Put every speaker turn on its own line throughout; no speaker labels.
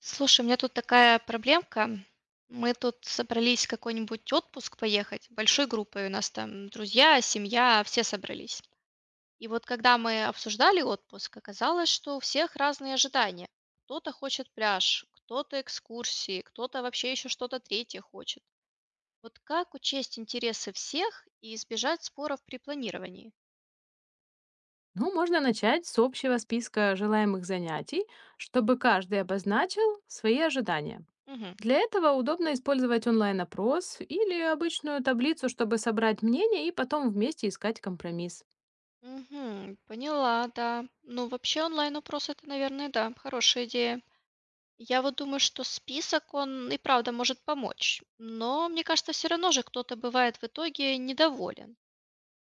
Слушай, у меня тут такая проблемка. Мы тут собрались в какой-нибудь отпуск поехать большой группой. У нас там друзья, семья, все собрались. И вот когда мы обсуждали отпуск, оказалось, что у всех разные ожидания. Кто-то хочет пляж, кто-то экскурсии, кто-то вообще еще что-то третье хочет. Вот как учесть интересы всех и избежать споров при планировании?
Ну, можно начать с общего списка желаемых занятий, чтобы каждый обозначил свои ожидания.
Угу.
Для этого удобно использовать онлайн-опрос или обычную таблицу, чтобы собрать мнение и потом вместе искать компромисс.
Угу, поняла, да. Ну, вообще онлайн-опрос это, наверное, да, хорошая идея. Я вот думаю, что список, он и правда может помочь. Но мне кажется, все равно же кто-то бывает в итоге недоволен.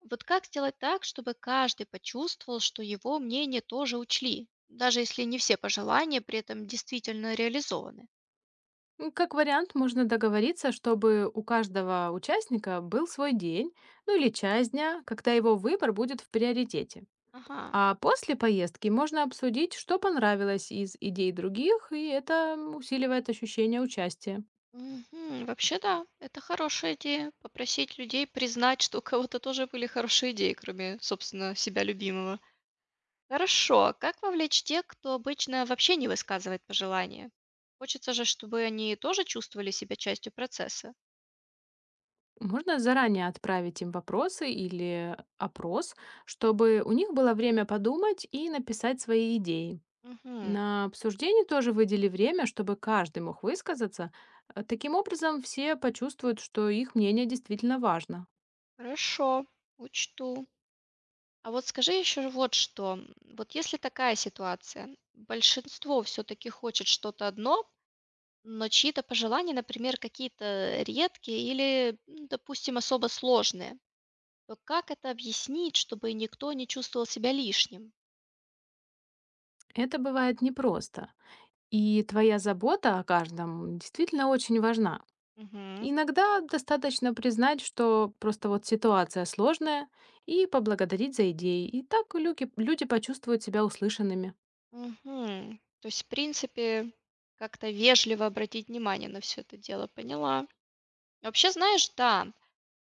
Вот как сделать так, чтобы каждый почувствовал, что его мнение тоже учли, даже если не все пожелания при этом действительно реализованы?
Как вариант, можно договориться, чтобы у каждого участника был свой день, ну или часть дня, когда его выбор будет в приоритете.
Ага.
А после поездки можно обсудить, что понравилось из идей других, и это усиливает ощущение участия.
Мгм. Вообще да, это хорошая идея. Попросить людей признать, что у кого-то тоже были хорошие идеи, кроме, собственно, себя любимого. Хорошо. Как вовлечь тех, кто обычно вообще не высказывает пожелания? Хочется же, чтобы они тоже чувствовали себя частью процесса.
Можно заранее отправить им вопросы или опрос, чтобы у них было время подумать и написать свои идеи.
Мгм.
На обсуждение тоже выдели время, чтобы каждый мог высказаться. Таким образом, все почувствуют, что их мнение действительно важно.
Хорошо, учту. А вот скажи еще вот что. Вот если такая ситуация, большинство все-таки хочет что-то одно, но чьи-то пожелания, например, какие-то редкие или, допустим, особо сложные, то как это объяснить, чтобы никто не чувствовал себя лишним?
Это бывает непросто. И твоя забота о каждом действительно очень важна.
Мгм.
Иногда достаточно признать, что просто вот ситуация сложная, и поблагодарить за идеи. И так люди почувствуют себя услышанными.
Мгм. То есть, в принципе, как-то вежливо обратить внимание на все это дело. Поняла. Вообще, знаешь, да,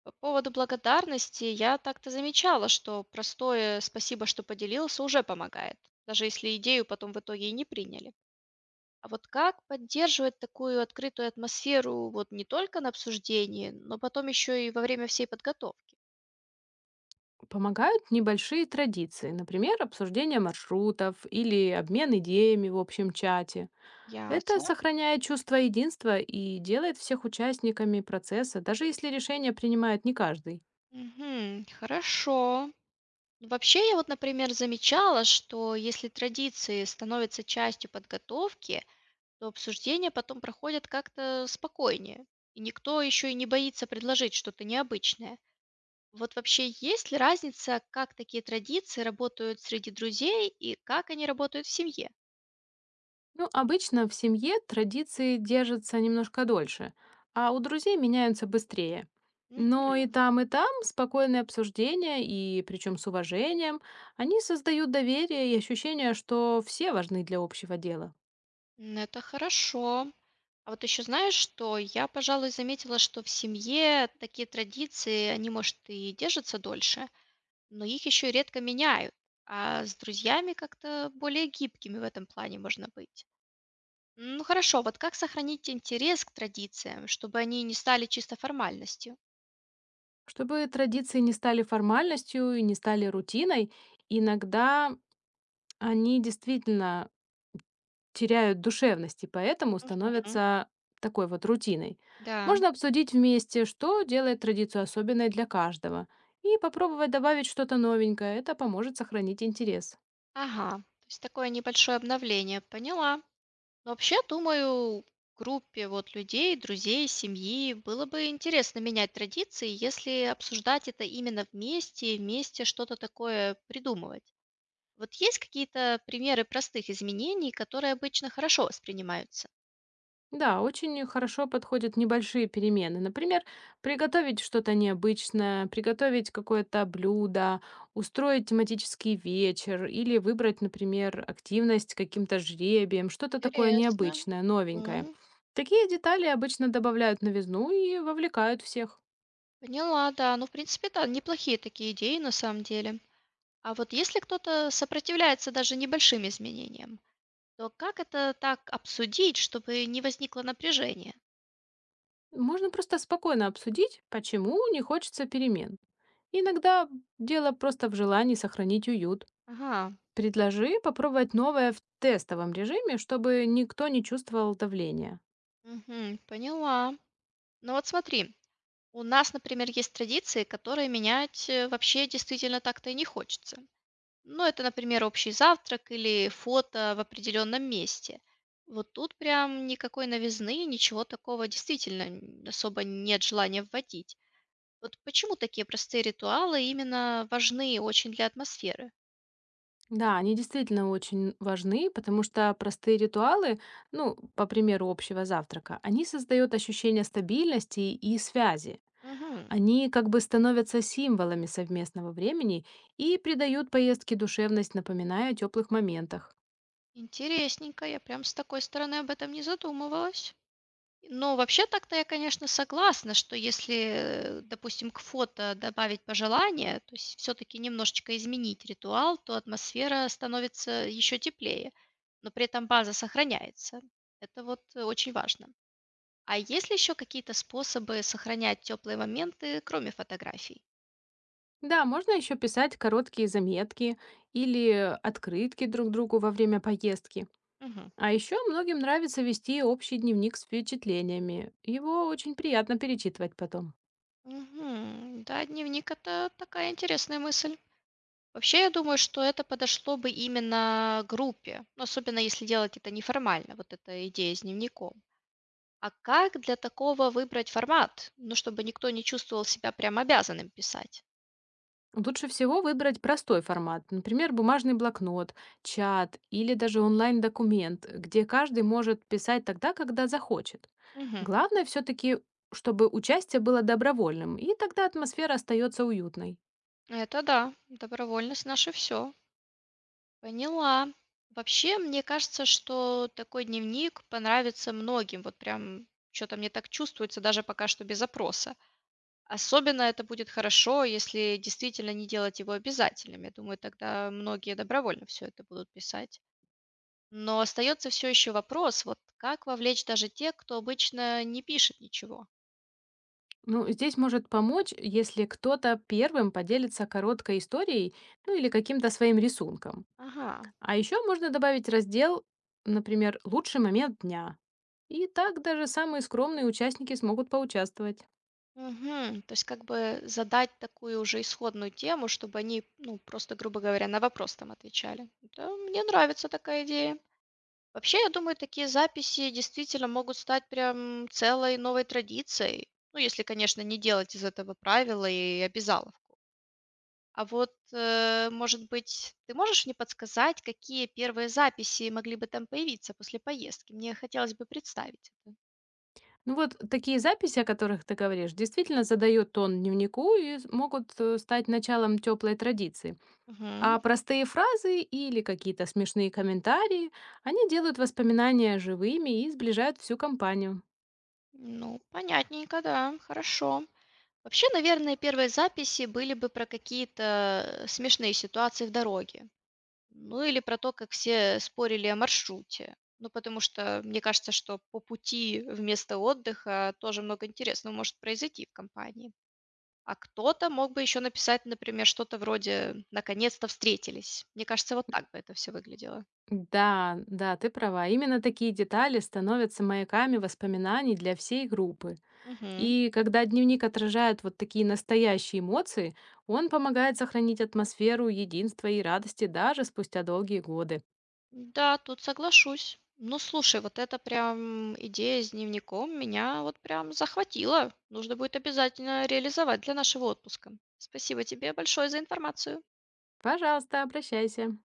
по поводу благодарности я так-то замечала, что простое "спасибо, что поделился" уже помогает, даже если идею потом в итоге и не приняли. А вот как поддерживать такую открытую атмосферу вот не только на обсуждении, но потом еще и во время всей подготовки?
Помогают небольшие традиции, например, обсуждение маршрутов или обмен идеями в общем чате. Это
Ясно.
сохраняет чувство единства и делает всех участниками процесса, даже если решение принимает не каждый.
Мгм. Хорошо. Ну, вообще, я вот, например, замечала, что если традиции становятся частью подготовки, то обсуждения потом проходят как-то спокойнее, и никто еще и не боится предложить что-то необычное. Вот вообще есть ли разница, как такие традиции работают среди друзей и как они работают в семье?
Ну, обычно в семье традиции держатся немножко дольше, а у друзей меняются быстрее. Но
Мгм.
и там спокойное обсуждение, и причем с уважением, они создают доверие и ощущение, что все важны для общего дела.
Это хорошо. А вот еще знаешь, что я, пожалуй, заметила, что в семье такие традиции, они, может, и держатся дольше, но их еще редко меняют, а с друзьями как-то более гибкими в этом плане можно быть. Ну хорошо, вот как сохранить интерес к традициям, чтобы они не стали чисто формальностью?
Чтобы традиции не стали формальностью и не стали рутиной, иногда они действительно теряют душевность и поэтому
Мгм.
становятся такой вот рутиной.
Да,
Можно обсудить вместе, что делает традицию особенной для каждого, и попробовать добавить что-то новенькое. Это поможет сохранить интерес.
ага, то есть такое небольшое обновление, поняла. Но вообще, думаю, группе вот людей, друзей, семьи было бы интересно менять традиции, если обсуждать это именно вместе, и вместе что-то такое придумывать. Вот есть какие-то примеры простых изменений, которые обычно хорошо воспринимаются?
Да, очень хорошо подходят небольшие перемены. Например, приготовить что-то необычное, приготовить какое-то блюдо, устроить тематический вечер или выбрать, например, активность каким-то жребием, что-то такое
Интересно.
необычное, новенькое.
М,
Такие детали обычно добавляют новизну и вовлекают всех.
Поняла, да. Ну, в принципе, да, неплохие такие идеи на самом деле. А вот если кто-то сопротивляется даже небольшим изменениям, то как это так обсудить, чтобы не возникло напряжение?
Можно просто спокойно обсудить, почему не хочется перемен. Иногда дело просто в желании сохранить уют.
Ага,
Предложи попробовать новое в тестовом режиме, чтобы никто не чувствовал давления.
мгм, поняла. Ну вот смотри, у нас, например, есть традиции, которые менять вообще действительно так-то и не хочется. Ну, это, например, общий завтрак или фото в определенном месте. Вот тут прям никакой новизны, ничего такого действительно особо нет желания вводить. Вот почему такие простые ритуалы именно важны очень для атмосферы?
Да, они действительно очень важны, потому что простые ритуалы, ну, по примеру общего завтрака, они создают ощущение стабильности и связи.
Мгм.
Они как бы становятся символами совместного времени и придают поездке душевность, напоминая о теплых моментах.
Интересненько, я прям с такой стороны об этом не задумывалась. Ну, вообще так-то я, конечно, согласна, что если, допустим, к фото добавить пожелание, то есть все-таки немножечко изменить ритуал, то атмосфера становится еще теплее, но при этом база сохраняется. Это вот очень важно. А есть ли еще какие-то способы сохранять теплые моменты, кроме фотографий?
Да, можно еще писать короткие заметки или открытки друг другу во время поездки.
Мгм.
А еще многим нравится вести общий дневник с впечатлениями. Его очень приятно перечитывать потом.
Мгм. Да, дневник это такая интересная мысль. Вообще, я думаю, что это подошло бы именно группе, ну, особенно если делать это неформально, вот эта идея с дневником. А как для такого выбрать формат, ну, чтобы никто не чувствовал себя прям обязанным писать?
Лучше всего выбрать простой формат, например, бумажный блокнот, чат или даже онлайн-документ, где каждый может писать тогда, когда захочет.
Мгм.
Главное все-таки, чтобы участие было добровольным, и тогда атмосфера остается уютной.
Это да, добровольность наше все. Поняла. Вообще, мне кажется, что такой дневник понравится многим, вот прям что-то мне так чувствуется, даже пока что без опроса. Особенно это будет хорошо, если действительно не делать его обязательным. Я думаю, тогда многие добровольно все это будут писать. Но остается все еще вопрос, вот как вовлечь даже тех, кто обычно не пишет ничего.
Ну, здесь может помочь, если кто-то первым поделится короткой историей, ну или каким-то своим рисунком.
Ага.
А еще можно добавить раздел, например, «Лучший момент дня». И так даже самые скромные участники смогут поучаствовать.
Мгм. То есть как бы задать такую уже исходную тему, чтобы они, ну, просто, грубо говоря, на вопрос там отвечали. Да, мне нравится такая идея. Вообще, я думаю, такие записи действительно могут стать прям целой новой традицией. Ну, если, конечно, не делать из этого правила и обязаловку. А вот, может быть, ты можешь мне подсказать, какие первые записи могли бы там появиться после поездки? Мне хотелось бы представить это.
Ну вот такие записи, о которых ты говоришь, действительно задают тон дневнику и могут стать началом теплой традиции.
Мгм.
А простые фразы или какие-то смешные комментарии, они делают воспоминания живыми и сближают всю компанию.
Ну, понятненько, да, хорошо. Вообще, наверное, первые записи были бы про какие-то смешные ситуации в дороге. Ну, или про то, как все спорили о маршруте. Ну, потому что мне кажется, что по пути вместо отдыха тоже много интересного может произойти в компании. А кто-то мог бы еще написать, например, что-то вроде «наконец-то встретились». Мне кажется, вот так бы это все выглядело.
Да, да, ты права. Именно такие детали становятся маяками воспоминаний для всей группы.
Мгм.
И когда дневник отражает вот такие настоящие эмоции, он помогает сохранить атмосферу единства и радости даже спустя долгие годы.
Да, тут соглашусь. Ну, слушай, вот эта прям идея с дневником меня вот прям захватила. Нужно будет обязательно реализовать для нашего отпуска. Спасибо тебе большое за информацию.
Пожалуйста, обращайся.